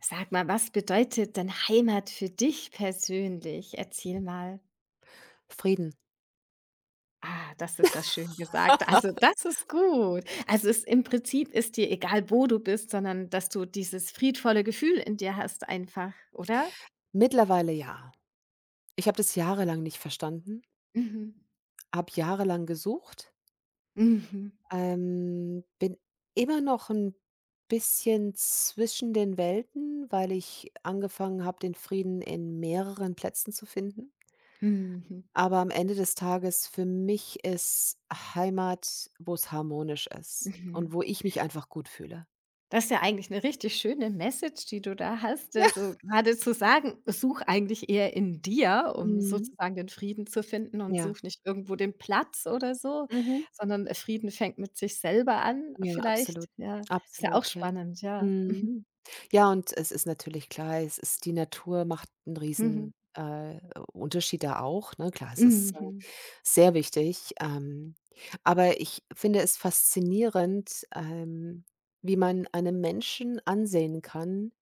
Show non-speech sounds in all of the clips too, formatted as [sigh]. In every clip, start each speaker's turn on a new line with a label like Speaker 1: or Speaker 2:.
Speaker 1: Sag mal, was bedeutet denn Heimat für dich persönlich? Erzähl mal.
Speaker 2: Frieden.
Speaker 1: Ah, das ist ja schön gesagt. Also, das ist gut. Also, es im Prinzip ist dir egal, wo du bist, sondern dass du dieses friedvolle Gefühl in dir hast einfach, oder?
Speaker 2: Mittlerweile ja. Ich habe das jahrelang nicht verstanden,
Speaker 1: Mhm.
Speaker 2: habe jahrelang gesucht,
Speaker 1: Mhm.
Speaker 2: bin immer noch ein bisschen zwischen den Welten, weil ich angefangen habe, den Frieden in mehreren Plätzen zu finden.
Speaker 1: Mhm.
Speaker 2: Aber am Ende des Tages für mich ist Heimat, wo es harmonisch
Speaker 1: Mhm.
Speaker 2: ist und
Speaker 1: Mhm.
Speaker 2: wo ich mich einfach gut fühle.
Speaker 1: Das ist ja eigentlich eine richtig schöne Message, die du da hast,
Speaker 2: [laughs]
Speaker 1: also gerade zu sagen: „Such eigentlich eher in dir, um
Speaker 2: Mhm.
Speaker 1: sozusagen den Frieden zu finden und
Speaker 2: Ja.
Speaker 1: such nicht irgendwo den Platz oder so,
Speaker 2: Mhm.
Speaker 1: sondern Frieden fängt mit sich selber an“
Speaker 2: Ja,
Speaker 1: vielleicht.
Speaker 2: absolut.
Speaker 1: Ja, ist ja auch
Speaker 2: Absolut, ja.
Speaker 1: spannend, ja.
Speaker 2: Mhm.
Speaker 1: Mhm.
Speaker 2: Ja, und es ist natürlich klar, es ist die Natur macht 'n
Speaker 1: Mhm.
Speaker 2: riesen, Unterschied da auch, ne? Klar, es ist,
Speaker 1: Mhm.
Speaker 2: sehr wichtig, aber ich finde es faszinierend, wie man einem Menschen ansehen kann,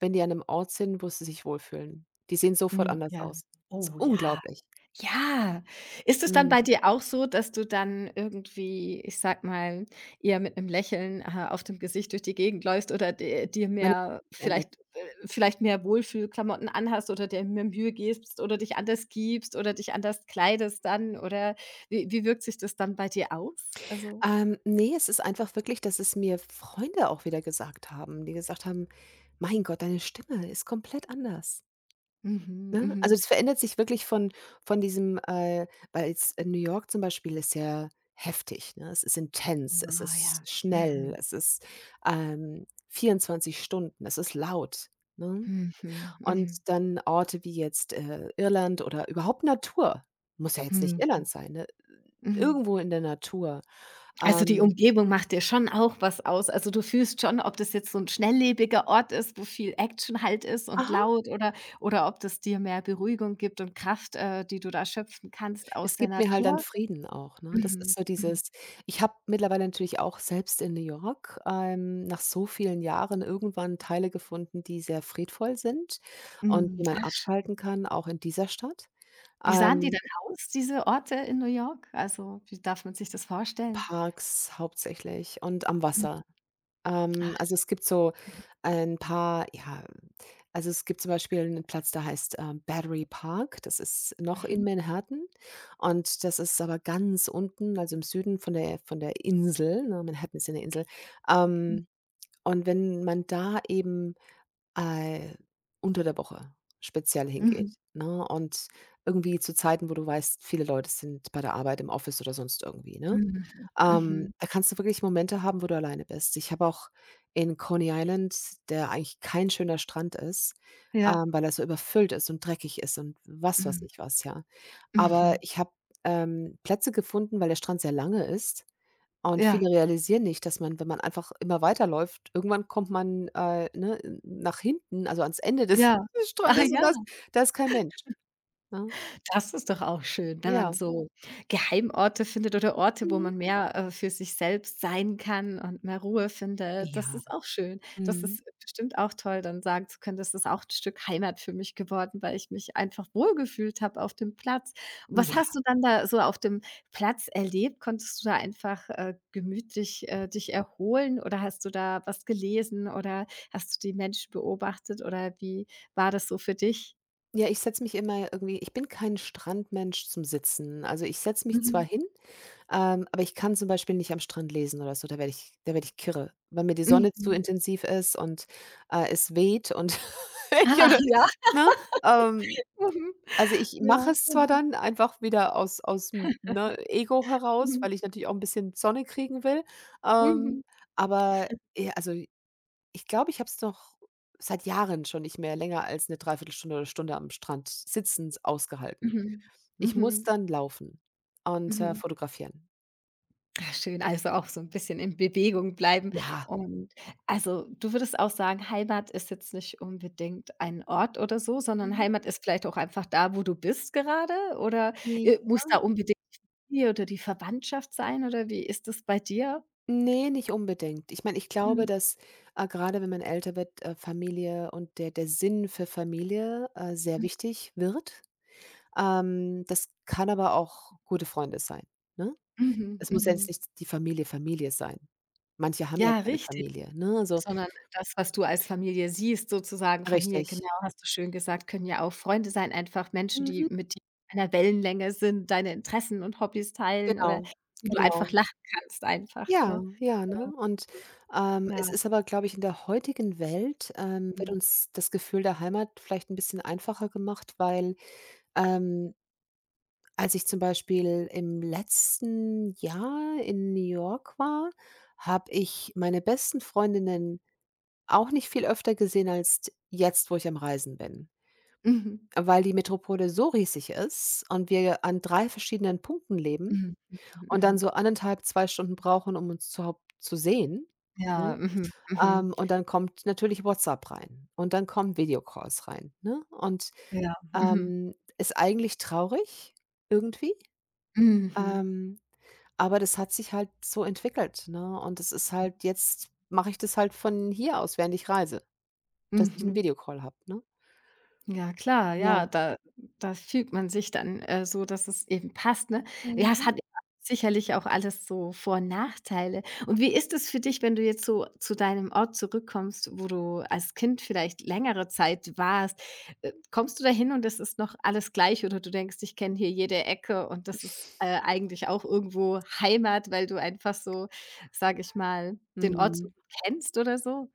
Speaker 2: wenn die an 'nem Ort sind, wo sie sich wohlfühlen. Die sehen sofort
Speaker 1: Mhm.
Speaker 2: anders
Speaker 1: Ja.
Speaker 2: aus. Ist
Speaker 1: Oh ja.
Speaker 2: unglaublich.
Speaker 1: Ja. Ist es dann bei
Speaker 2: Mhm.
Speaker 1: dir auch so, dass du dann irgendwie, ich sag mal, eher mit einem Lächeln, auf dem Gesicht durch die Gegend läufst oder d dir
Speaker 2: Meine
Speaker 1: mehr
Speaker 2: [unintelligible] verändert.
Speaker 1: vielleicht vielleicht mehr Wohlfühlklamotten anhast oder dir mehr Mühe gibst oder dich anders gibst oder dich anders kleidest dann oder wie wirkt sich das dann bei dir aus? Also
Speaker 2: Ne, es ist einfach wirklich, dass es mir Freunde auch wieder gesagt haben, die gesagt haben: „Mein Gott, deine Stimme ist komplett anders.“
Speaker 1: mhm,
Speaker 2: Ne? Also,
Speaker 1: mhm.
Speaker 2: das verändert sich wirklich von diesem, weil jetzt in New York zum Beispiel ist ja heftig, ne? Es ist intens, es
Speaker 1: Ah
Speaker 2: ist
Speaker 1: ja.
Speaker 2: schnell,
Speaker 1: Mhm.
Speaker 2: es ist, 24 Stunden, es ist laut, ne?
Speaker 1: Mhm,
Speaker 2: Und
Speaker 1: mhm.
Speaker 2: dann Orte wie jetzt, Irland oder überhaupt Natur, muss ja jetzt nicht
Speaker 1: Mhm.
Speaker 2: Irland
Speaker 1: Mhm.
Speaker 2: sein, ne?
Speaker 1: Mhm.
Speaker 2: Irgendwo in der Natur.
Speaker 1: Also, die
Speaker 2: Ähm
Speaker 1: Umgebung macht dir schon auch was aus. Also, du fühlst schon, ob das jetzt so ein schnelllebiger Ort ist, wo viel Action halt ist und
Speaker 2: aha.
Speaker 1: laut oder ob das dir mehr Beruhigung gibt und Kraft, die du da schöpfen kannst aus
Speaker 2: Es
Speaker 1: der
Speaker 2: gibt mir halt dann
Speaker 1: Natur.
Speaker 2: Frieden auch, ne? Das ist
Speaker 1: Mhm,
Speaker 2: so
Speaker 1: mhm,
Speaker 2: dieses ich habe mittlerweile natürlich auch selbst in New York, nach so vielen Jahren irgendwann Teile gefunden, die sehr friedvoll sind und
Speaker 1: mhm.
Speaker 2: die man
Speaker 1: Ach schön.
Speaker 2: abschalten kann, auch in dieser Stadt.
Speaker 1: Wie sahen die
Speaker 2: Ähm,
Speaker 1: denn aus, diese Orte in New York? Also, wie darf man sich das vorstellen?
Speaker 2: Parks hauptsächlich und am
Speaker 1: Mhm.
Speaker 2: Wasser.
Speaker 1: Ah,
Speaker 2: Also, es gibt so ein paar ja, also, es gibt zum Beispiel einen Platz, der heißt, Battery Park. Das ist noch in
Speaker 1: mhm,
Speaker 2: Manhattan und das ist aber ganz unten, also, im Süden von der Insel, ne? Manhattan ist ja 'ne Insel.
Speaker 1: mhm,
Speaker 2: Ähm, und wenn man da eben, äh, unter der Woche speziell
Speaker 1: mhm,
Speaker 2: hingeht,
Speaker 1: mhm,
Speaker 2: ne? Und irgendwie zu Zeiten, wo du weißt, viele Leute sind bei der Arbeit, im Office oder sonst irgendwie, ne?
Speaker 1: mhm. mhm.
Speaker 2: Da kannst du wirklich Momente haben, wo du alleine bist. Ich habe auch in Coney Island, der eigentlich kein schöner Strand ist,
Speaker 1: Ja,
Speaker 2: weil er so überfüllt ist und dreckig ist und was weiß
Speaker 1: mhm,
Speaker 2: ich was, ja. Aber
Speaker 1: mhm.
Speaker 2: ich habe, Plätze gefunden, weil der Strand sehr lange ist und
Speaker 1: Ja,
Speaker 2: viele realisieren nicht, dass man, wenn man einfach immer weiterläuft, irgendwann kommt man, ne, nach hinten, also ans Ende des
Speaker 1: ja.
Speaker 2: [laughs] des
Speaker 1: Ah
Speaker 2: Strandes und
Speaker 1: ja.
Speaker 2: da ist kein Mensch, ne?
Speaker 1: Das ist doch auch schön, wenn man
Speaker 2: Ja.
Speaker 1: so Geheimorte findet oder Orte, wo
Speaker 2: Mhm.
Speaker 1: man mehr, für sich selbst sein kann und mehr Ruhe findet. Das
Speaker 2: Ja.
Speaker 1: ist auch schön. Das
Speaker 2: Mhm.
Speaker 1: ist bestimmt auch toll, dann sagen zu können: „Das ist auch ein Stück Heimat für mich geworden, weil ich mich einfach wohlgefühlt habe auf dem Platz.“ Und was
Speaker 2: Ja.
Speaker 1: hast du dann da so auf dem Platz erlebt? Konntest du da einfach, gemütlich, dich erholen oder hast du da was gelesen oder hast du die Menschen beobachtet oder wie war das so für dich?
Speaker 2: Ja, ich setze mich immer irgendwie ich bin kein Strandmensch zum Sitzen. Also, ich setze mich zwar
Speaker 1: Mhm.
Speaker 2: hin, aber ich kann zum Beispiel nicht am Strand lesen oder so, da werde ich kirre, weil mir die
Speaker 1: [laughs]
Speaker 2: Sonne zu
Speaker 1: Mhm.
Speaker 2: intensiv ist und, es weht und [laughs] ich
Speaker 1: Ah,
Speaker 2: habe
Speaker 1: ja.
Speaker 2: ne? Ähm,
Speaker 1: Mhm.
Speaker 2: also, ich mache
Speaker 1: Ja.
Speaker 2: es zwar
Speaker 1: Mhm.
Speaker 2: dann einfach wieder aus aus'm, ne, Ego heraus,
Speaker 1: Mhm.
Speaker 2: weil ich natürlich auch ein bisschen Sonne kriegen will, ähm,
Speaker 1: Mhm.
Speaker 2: aber, ja, also ich glaube, ich habe es doch seit Jahren schon nicht mehr länger als eine Dreiviertelstunde oder Stunde am Strand sitzend ausgehalten.
Speaker 1: Mhm.
Speaker 2: Ich muss
Speaker 1: Mhm.
Speaker 2: dann laufen und,
Speaker 1: Mhm.
Speaker 2: fotografieren.
Speaker 1: Ah, schön, also auch so 'n bisschen in Bewegung bleiben
Speaker 2: Ja.
Speaker 1: und also, du würdest auch sagen, Heimat ist jetzt nicht unbedingt ein Ort oder so, sondern
Speaker 2: Mhm.
Speaker 1: Heimat ist vielleicht auch einfach da, wo du bist gerade oder,
Speaker 2: Ne,
Speaker 1: muss da unbedingt die Familie oder die Verwandtschaft sein oder wie ist das bei dir?
Speaker 2: ne, nicht unbedingt. Ich meine, ich glaube,
Speaker 1: Mhm.
Speaker 2: dass, grade wenn man älter wird, Familie und der Sinn für Familie, sehr
Speaker 1: Mhm.
Speaker 2: wichtig wird. Das kann aber auch gute Freunde sein, ne?
Speaker 1: Mhm.
Speaker 2: Es muss ja
Speaker 1: Mhm.
Speaker 2: jetzt nicht die Familie, Familie sein. Manche haben ja
Speaker 1: Ja,
Speaker 2: keine
Speaker 1: richtig.
Speaker 2: Familie, ne? Also
Speaker 1: Sondern das, was du als Familie siehst, sozusagen Familie,
Speaker 2: richtig.
Speaker 1: genau, hast du schön gesagt, können ja auch Freunde sein, einfach Menschen,
Speaker 2: Mhm.
Speaker 1: die mit dir auf einer Wellenlänge sind, deine Interessen und Hobbys teilen oder
Speaker 2: Genau,
Speaker 1: die du
Speaker 2: genau.
Speaker 1: einfach lachen kannst einfach,
Speaker 2: Ja,
Speaker 1: ne?
Speaker 2: ja, ne?
Speaker 1: Ja.
Speaker 2: Und,
Speaker 1: Ja,
Speaker 2: es ist aber, glaube ich in der heutigen Welt, wird
Speaker 1: mhm.
Speaker 2: uns das Gefühl der Heimat vielleicht ein bisschen einfacher gemacht, weil, ähm, als ich zum Beispiel im letzten Jahr in New York war, habe ich meine besten Freundinnen auch nicht viel öfter gesehen als jetzt, wo ich am Reisen bin,
Speaker 1: Mhm.
Speaker 2: weil die Metropole so riesig ist und wir an 3 verschiedenen Punkten leben.
Speaker 1: Mhm, mhm,
Speaker 2: Und dann
Speaker 1: mhm.
Speaker 2: so 1,5, 2 Stunden brauchen, um uns überhaupt zu sehen,
Speaker 1: Ja,
Speaker 2: ne?
Speaker 1: mhm, mhm.
Speaker 2: Und dann kommt natürlich WhatsApp rein und dann kommen Videocalls rein, ne? Und,
Speaker 1: Ja, mhm.
Speaker 2: ist eigentlich traurig irgendwie,
Speaker 1: Mhm,
Speaker 2: ähm, aber das hat sich halt so entwickelt, ne? Und das ist halt jetzt mache ich das halt von hier aus, während ich reise, dass ich 'n
Speaker 1: mhm.
Speaker 2: Videocall habe, ne?
Speaker 1: Ja klar,
Speaker 2: Ja.
Speaker 1: ja, da da fügt man sich dann, so, dass es eben passt, ne? Ja, es
Speaker 2: Mhm.
Speaker 1: hat sicherlich auch alles so Vor und Nachteile. Und wie ist es für dich, wenn du jetzt so zu deinem Ort zurückkommst, wo du als Kind vielleicht längere Zeit warst? Kommst du da hin und es ist noch alles gleich oder du denkst: „Ich kenne hier jede Ecke und das ist, eigentlich auch irgendwo Heimat“, weil du einfach so, sage ich mal, den Ort so
Speaker 2: Mhm.
Speaker 1: gut kennst oder so?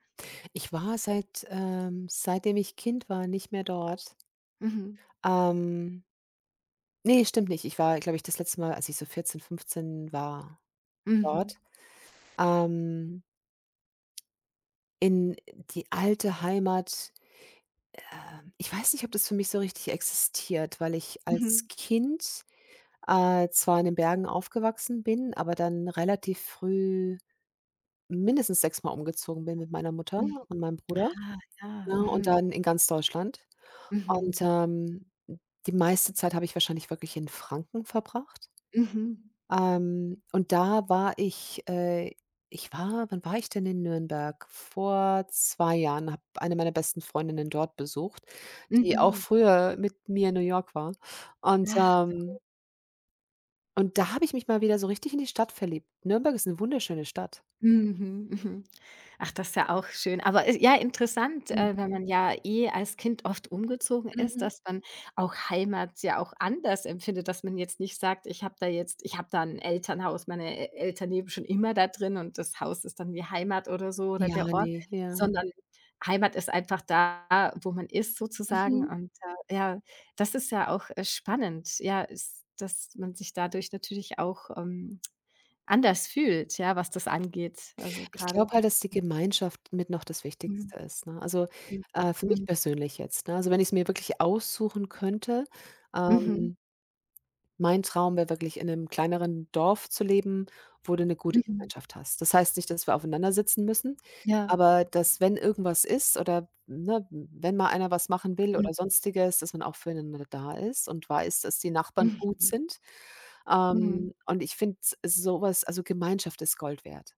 Speaker 2: Ich war seit seitdem ich Kind war, nicht mehr dort.
Speaker 1: Mhm.
Speaker 2: Ähm Ne, stimmt nicht. Ich war, glaube ich, das letzte Mal, als ich so 14, 15 war, dort.
Speaker 1: Mhm.
Speaker 2: Ähm, in die alte Heimat, ich weiß nicht, ob das für mich so richtig existiert, weil ich als
Speaker 1: Mhm.
Speaker 2: Kind, zwar in den Bergen aufgewachsen bin, aber dann relativ früh mindestens sechsmal umgezogen bin mit meiner Mutter
Speaker 1: Mhm.
Speaker 2: und meinem Bruder,
Speaker 1: Ah, ja.
Speaker 2: ne, und
Speaker 1: Mhm.
Speaker 2: dann in ganz Deutschland. Und,
Speaker 1: Mhm.
Speaker 2: die meiste Zeit habe ich wahrscheinlich wirklich in Franken verbracht.
Speaker 1: Mhm.
Speaker 2: Und da war ich ich war wann war ich denn in Nürnberg? Vor 2 Jahren, habe eine meiner besten Freundinnen dort besucht, die auch
Speaker 1: Mhm.
Speaker 2: früher mit mir in New York war. Und,
Speaker 1: Ah.
Speaker 2: ähm und da habe ich mich mal wieder so richtig in die Stadt verliebt. Nürnberg ist 'ne wunderschöne Stadt.
Speaker 1: Mhm, mhm. Ach, das ist ja auch schön. Aber, ja, interessant,
Speaker 2: Mhm,
Speaker 1: wenn man ja eh als Kind oft umgezogen ist,
Speaker 2: mhm.
Speaker 1: dass man auch Heimat ja auch anders empfindet, dass man jetzt nicht sagt: „Ich habe da jetzt ich habe da ein Elternhaus, meine E Eltern leben schon immer da drin und das Haus ist dann wie Heimat“ oder so oder
Speaker 2: Ja,
Speaker 1: der Ort,
Speaker 2: ne, ja.
Speaker 1: sondern Heimat ist einfach da, wo man ist sozusagen
Speaker 2: Mhm.
Speaker 1: und, ja, das ist ja auch, spannend, ja, s dass man sich dadurch natürlich auch, anders fühlt, ja, was das angeht. Also,
Speaker 2: Ich glaube
Speaker 1: gerade,
Speaker 2: halt, dass die Gemeinschaft mit noch das Wichtigste ist, ne? Also,
Speaker 1: mhm,
Speaker 2: für mich
Speaker 1: mhm,
Speaker 2: persönlich jetzt, ne? Also, wenn ich's mir wirklich aussuchen könnte,
Speaker 1: mhm,
Speaker 2: ähm mein Traum wäre wirklich, in einem kleineren Dorf zu leben, wo du 'ne gute
Speaker 1: mhm,
Speaker 2: Gemeinschaft hast. Das heißt nicht, dass wir aufeinander sitzen müssen,
Speaker 1: ja,
Speaker 2: aber dass, wenn irgendwas ist oder, ne, wenn mal einer was machen will
Speaker 1: mhm,
Speaker 2: oder Sonstiges, dass man auch füreinander da ist und weiß, dass die Nachbarn gut
Speaker 1: mhm,
Speaker 2: sind.
Speaker 1: mhm.
Speaker 2: Und ich finde s so was also, Gemeinschaft ist Gold wert.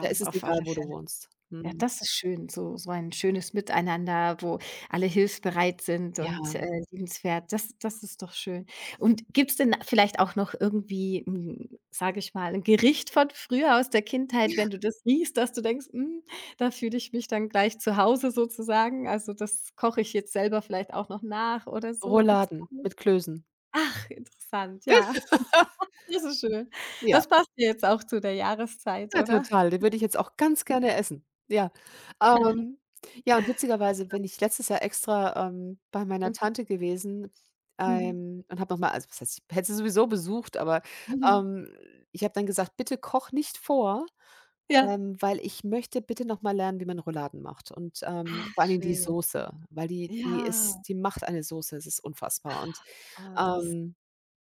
Speaker 2: Da ist es
Speaker 1: auf alle
Speaker 2: egal, wo du
Speaker 1: Fälle.
Speaker 2: wohnst.
Speaker 1: Ja,
Speaker 2: Mhm.
Speaker 1: das ist schön, so so ein schönes Miteinander, wo alle hilfsbereit sind
Speaker 2: Ja,
Speaker 1: und, liebenswert. Das ist doch schön. Und gibt's denn vielleicht auch noch irgendwie, sage ich mal, ein Gericht von früher aus der Kindheit, wenn du das riechst, dass du denkst: „Hm, da fühle ich mich dann gleich zu Hause sozusagen. Also, das koche ich jetzt selber vielleicht auch noch nach oder so.“ Gibt's da
Speaker 2: Rouladen
Speaker 1: was?
Speaker 2: mit Klößen.
Speaker 1: Ach, interessant, ja, [laughs]
Speaker 2: [laughs]
Speaker 1: das ist schön.
Speaker 2: Ja.
Speaker 1: Das passt ja jetzt auch zu der Jahreszeit,
Speaker 2: Ja,
Speaker 1: oder?
Speaker 2: total, den würde ich jetzt auch ganz gerne essen. Ja, ähm, ja, und witzigerweise bin ich letztes Jahr extra, bei meiner
Speaker 1: Mhm.
Speaker 2: Tante
Speaker 1: [laughs]
Speaker 2: gewesen,
Speaker 1: Mhm.
Speaker 2: und habe noch mal also, was heißt, ich hätte sie sowieso besucht, aber,
Speaker 1: Mhm.
Speaker 2: ähm, ich habe dann gesagt: „Bitte koch nicht vor,
Speaker 1: Ja.
Speaker 2: weil ich möchte bitte noch mal lernen, wie man Rouladen macht und,
Speaker 1: Ach
Speaker 2: vor allen Dingen die
Speaker 1: schön.
Speaker 2: Soße, weil die ist
Speaker 1: Ja,
Speaker 2: die macht eine Soße, es ist unfassbar.“ Und,
Speaker 1: das
Speaker 2: ähm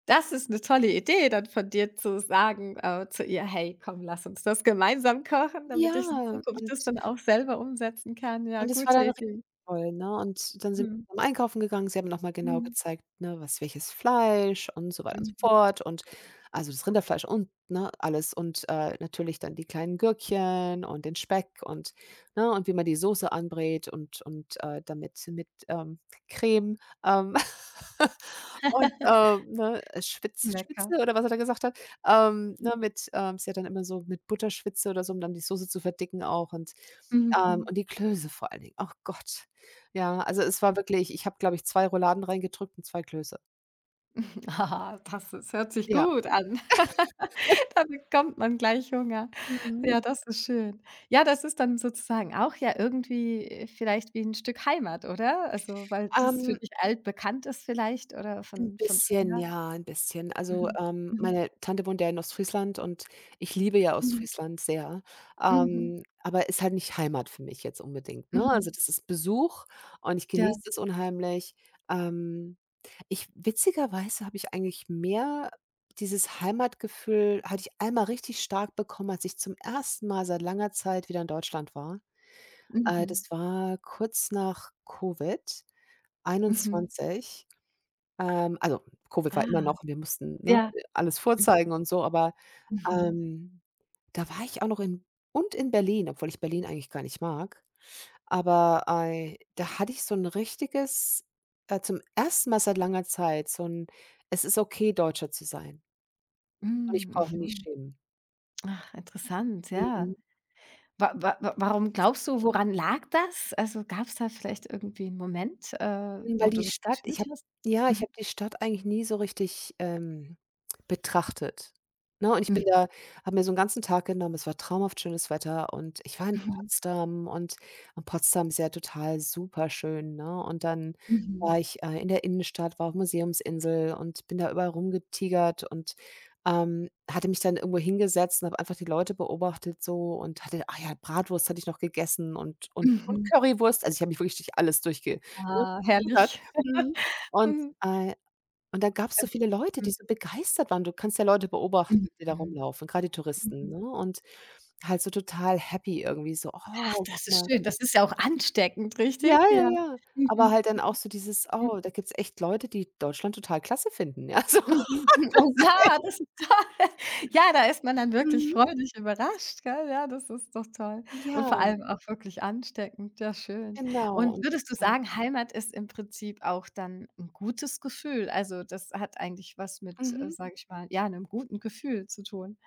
Speaker 1: das ist eine tolle Idee, dann von dir zu sagen, zu ihr: „Hey, komm, lass uns das gemeinsam kochen, damit
Speaker 2: ja,
Speaker 1: ich in Zukunft das
Speaker 2: und
Speaker 1: dann auch selber umsetzen kann.“ Ja,
Speaker 2: und es war
Speaker 1: gute
Speaker 2: dann richtig
Speaker 1: Idee.
Speaker 2: toll, ne? Und dann sind
Speaker 1: Mhm.
Speaker 2: wir zusammen einkaufen gegangen. Sie haben noch mal genau
Speaker 1: Mhm.
Speaker 2: gezeigt, ne, was welches Fleisch und so weiter und so
Speaker 1: Mhm.
Speaker 2: fort und also das Rinderfleisch und, ne, alles und, natürlich dann die kleinen Gürkchen und den Speck und ne, und wie man die Soße anbrät und, damit mit, Creme, ähm, [laughs] und,
Speaker 1: [laughs]
Speaker 2: ne, Schwitz
Speaker 1: Lecker.
Speaker 2: Schwitze oder was er da gesagt hat?
Speaker 1: Mhm.
Speaker 2: Ne, mit ist ja dann immer so mit Butterschwitze oder so, um dann die Soße zu verdicken auch
Speaker 1: Mhm.
Speaker 2: und die Klöße vor allen Dingen. Ach Gott. Ja, also es war wirklich ich habe, glaube ich, zwei Rouladen reingedrückt und zwei Klöße.
Speaker 1: Ah, das ist hört sich
Speaker 2: Ja.
Speaker 1: gut an. [laughs] Da bekommt man gleich Hunger.
Speaker 2: Mhm.
Speaker 1: Ja, [laughs] das ist schön. Ja, das ist dann sozusagen auch ja irgendwie, vielleicht wie ein Stück Heimat, oder? Also, weil das für
Speaker 2: Ähm,
Speaker 1: dich altbekannt ist vielleicht oder
Speaker 2: 'N
Speaker 1: von
Speaker 2: bisschen,
Speaker 1: früher?
Speaker 2: ja, 'n bisschen. Also,
Speaker 1: Mhm. Mhm.
Speaker 2: meine Tante wohnt ja in Ostfriesland und ich liebe ja
Speaker 1: Mhm.
Speaker 2: Ostfriesland sehr. Mhm.
Speaker 1: Mhm.
Speaker 2: Aber ist halt nicht Heimat für mich jetzt unbedingt, ne? Also,
Speaker 1: Mhm.
Speaker 2: das ist Besuch und ich
Speaker 1: Ja.
Speaker 2: genieße es unheimlich. Ähm Ich witzigerweise habe ich eigentlich mehr dieses Heimatgefühl hatte ich einmal richtig stark bekommen, als ich zum ersten Mal seit langer Zeit wieder in Deutschland war. Das
Speaker 1: Mhm.
Speaker 2: war kurz nach
Speaker 1: Mhm.
Speaker 2: Covid-21. Also, Covid war immer
Speaker 1: Ah,
Speaker 2: noch wir mussten, ne,
Speaker 1: ja.
Speaker 2: alles
Speaker 1: Mhm.
Speaker 2: vorzeigen und so, aber,
Speaker 1: Mhm.
Speaker 2: ähm, da war ich auch noch in und in Berlin, obwohl ich Berlin eigentlich gar nicht mag. Aber, ei, da hatte ich so ein richtiges zum ersten Mal seit langer Zeit so ein „Es ist okay, Deutscher zu sein und ich brauche mich nicht
Speaker 1: Mhm.
Speaker 2: schämen.“
Speaker 1: Ach, interessant, ja.
Speaker 2: Mhm.
Speaker 1: Wa wa wa warum glaubst du, woran lag das? Also, gab's da vielleicht irgendwie 'n Moment,
Speaker 2: Hm, weil
Speaker 1: wo du
Speaker 2: die
Speaker 1: das
Speaker 2: Stadt ich
Speaker 1: gefühlt
Speaker 2: habe
Speaker 1: hast?
Speaker 2: ja, ich
Speaker 1: Mhm.
Speaker 2: habe die Stadt eigentlich nie so richtig, betrachtet, ne? Und ich
Speaker 1: Mhm.
Speaker 2: bin da habe mir so 'n ganzen Tag genommen, es war traumhaft schönes Wetter und ich war in
Speaker 1: Mhm.
Speaker 2: Potsdam und Potsdam ist ja total superschön, ne? Und dann
Speaker 1: Mhm.
Speaker 2: war ich, in der Innenstadt, war auf Museumsinsel und bin da überall rumgetigert und, hatte mich dann irgendwo hingesetzt und habe einfach die Leute beobachtet so und hatte ah ja, Bratwurst hatte ich noch gegessen und und
Speaker 1: Mhm.
Speaker 2: Currywurst. Also, ich habe mich wirklich durch alles durchge ne?
Speaker 1: Ah,
Speaker 2: rudert.
Speaker 1: herrlich.
Speaker 2: Mhm.
Speaker 1: [laughs]
Speaker 2: Und,
Speaker 1: Mhm.
Speaker 2: äh und da gab's so viele Leute, die
Speaker 1: Mhm.
Speaker 2: so begeistert waren. Du kannst ja Leute
Speaker 1: Mhm.
Speaker 2: beobachten, die da
Speaker 1: Mhm.
Speaker 2: rumlaufen, grade die Touristen,
Speaker 1: Mhm.
Speaker 2: ne? Und halt so total happy irgendwie so:
Speaker 1: Ach,
Speaker 2: „Oh, guck
Speaker 1: das ist
Speaker 2: mal.“
Speaker 1: schön. Das ist ja auch ansteckend,
Speaker 2: Ja,
Speaker 1: richtig?
Speaker 2: ja,
Speaker 1: Ja.
Speaker 2: ja. Aber halt
Speaker 1: Mhm.
Speaker 2: dann auch so dieses:
Speaker 1: Mhm.
Speaker 2: „Oh, da gibt's echt Leute, die Deutschland total klasse finden“, ja, [laughs] so.
Speaker 1: Mhm, mhm. Oh ja, das ist toll. [laughs] Ja, da ist man dann wirklich
Speaker 2: Mhm.
Speaker 1: freudig überrascht, gell? Ja, das ist doch toll und
Speaker 2: Ja,
Speaker 1: vor allem auch wirklich ansteckend. Ja, schön.
Speaker 2: genau
Speaker 1: Und
Speaker 2: und
Speaker 1: würdest du
Speaker 2: ja.
Speaker 1: sagen, Heimat ist im Prinzip auch dann ein gutes Gefühl? Also, das hat eigentlich was mit,
Speaker 2: Mhm.
Speaker 1: sage ich mal, ja, einem guten Gefühl zu tun?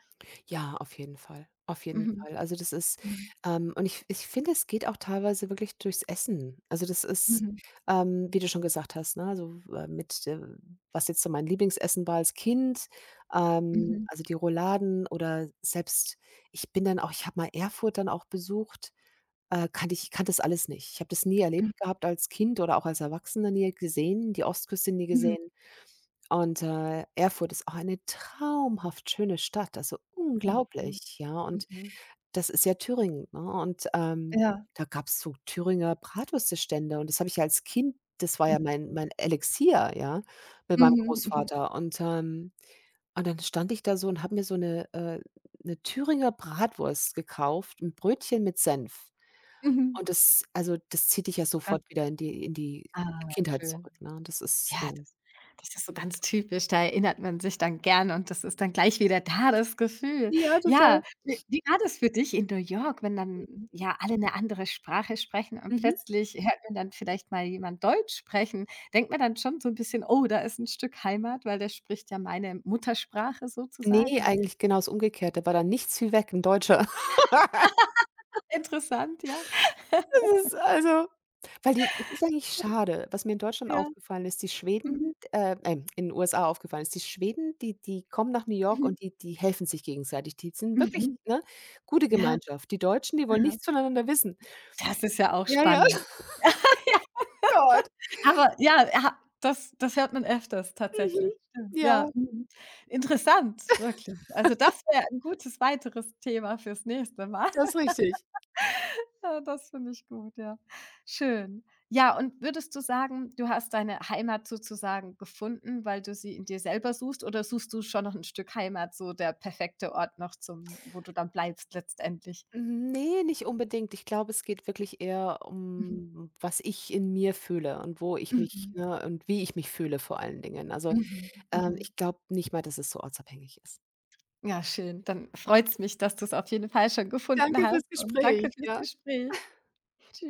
Speaker 2: Ja, auf jeden Fall. Auf jeden
Speaker 1: Mhm,
Speaker 2: Fall. Also, das ist
Speaker 1: mhm,
Speaker 2: und ich finde, es geht auch teilweise wirklich durchs Essen. Also, das ist,
Speaker 1: mhm,
Speaker 2: wie du schon gesagt hast, ne, also, mit, was jetzt so mein Lieblingsessen war als Kind,
Speaker 1: mhm,
Speaker 2: also, die Rouladen oder selbst ich bin dann auch ich habe mal Erfurt dann auch besucht, kannte ich kannte das alles nicht. Ich habe das nie
Speaker 1: mhm,
Speaker 2: erlebt gehabt als Kind oder auch als Erwachsener nie gesehen, die Ostküste nie
Speaker 1: mhm,
Speaker 2: gesehen. Und, Erfurt ist auch eine traumhaft schöne Stadt, also
Speaker 1: mhm, mhm,
Speaker 2: unglaublich, ja. Und
Speaker 1: mhm.
Speaker 2: das ist ja Thüringen, ne? Und,
Speaker 1: Ja.
Speaker 2: da gab's so Thüringer Bratwürstestände und das habe ich ja als Kind das war ja mein
Speaker 1: Mhm,
Speaker 2: mein Elixier, ja, mit meinem
Speaker 1: mhm, mhm, mhm.
Speaker 2: Großvater. Und dann stand ich da so und habe mir so eine 'ne Thüringer Bratwurst gekauft, ein Brötchen mit Senf.
Speaker 1: Mhm.
Speaker 2: Und das also, das zieht dich ja
Speaker 1: So ganz
Speaker 2: sofort wieder in die
Speaker 1: ah,
Speaker 2: Kindheit
Speaker 1: schön.
Speaker 2: zurück, ne? Das ist,
Speaker 1: Ja, das das ist so ganz typisch, da erinnert man sich dann gern und das ist dann gleich wieder da, das Gefühl.
Speaker 2: ja, total.
Speaker 1: Ja, wie war das für dich in New York, wenn dann,
Speaker 2: Mhm.
Speaker 1: ja, alle eine andere Sprache sprechen und
Speaker 2: Mhm.
Speaker 1: plötzlich hört man dann vielleicht mal jemand Deutsch sprechen? Denkt man dann schon so ein bisschen: „Oh, da ist ein Stück Heimat“, weil der spricht ja meine Muttersprache
Speaker 2: Ne,
Speaker 1: sozusagen.
Speaker 2: eigentlich genau das Umgekehrte, war da nichts wie weg, 'n Deutscher. [laughs]
Speaker 1: [laughs] Interessant, ja,
Speaker 2: Das ist also weil die es ist eigentlich schade, was mir in Deutschland
Speaker 1: ja.
Speaker 2: aufgefallen ist, die
Speaker 1: Mhm,
Speaker 2: Schweden in den USA aufgefallen ist, die Schweden, die die kommen nach New York
Speaker 1: mhm,
Speaker 2: und die die helfen sich gegenseitig. Die sind wirklich,
Speaker 1: mhm.
Speaker 2: ne, gute
Speaker 1: Ja,
Speaker 2: Gemeinschaft. Die Deutschen, die wollen
Speaker 1: aha.
Speaker 2: nichts voneinander wissen.
Speaker 1: Das ist ja auch
Speaker 2: Ja, ja,
Speaker 1: spannend.
Speaker 2: oh
Speaker 1: [laughs]
Speaker 2: Gott.
Speaker 1: Aber ja, ha das hört man öfters
Speaker 2: Mhm.
Speaker 1: tatsächlich. Stimmt,
Speaker 2: Ja,
Speaker 1: ja. Mhm. Interessant, wirklich. Also, das wäre 'n gutes weiteres Thema fürs nächste Mal.
Speaker 2: das ist
Speaker 1: [laughs]
Speaker 2: richtig.
Speaker 1: Ja, das finde ich gut, ja. Schön. Ja, und würdest du sagen, du hast deine Heimat sozusagen gefunden, weil du sie in dir selber suchst oder suchst du schon noch 'n Stück Heimat, so der perfekte Ort noch zum wo du dann bleibst letztendlich?
Speaker 2: Ne, nicht unbedingt. Ich glaube, es geht wirklich eher
Speaker 1: Mhm.
Speaker 2: um was ich in mir fühle und wo ich mich,
Speaker 1: Mhm.
Speaker 2: ne und wie ich mich fühle vor allen Dingen. Also
Speaker 1: Mhm. Mhm. Mhm.
Speaker 2: Ich glaube nicht mal, dass es so ortsabhängig ist.
Speaker 1: Ja, schön. Dann freut's mich, dass du es auf jeden Fall schon gefunden
Speaker 2: Danke
Speaker 1: hast
Speaker 2: fürs
Speaker 1: und
Speaker 2: Gespräch.
Speaker 1: danke fürs
Speaker 2: Ja.
Speaker 1: Gespräch. Tschüss.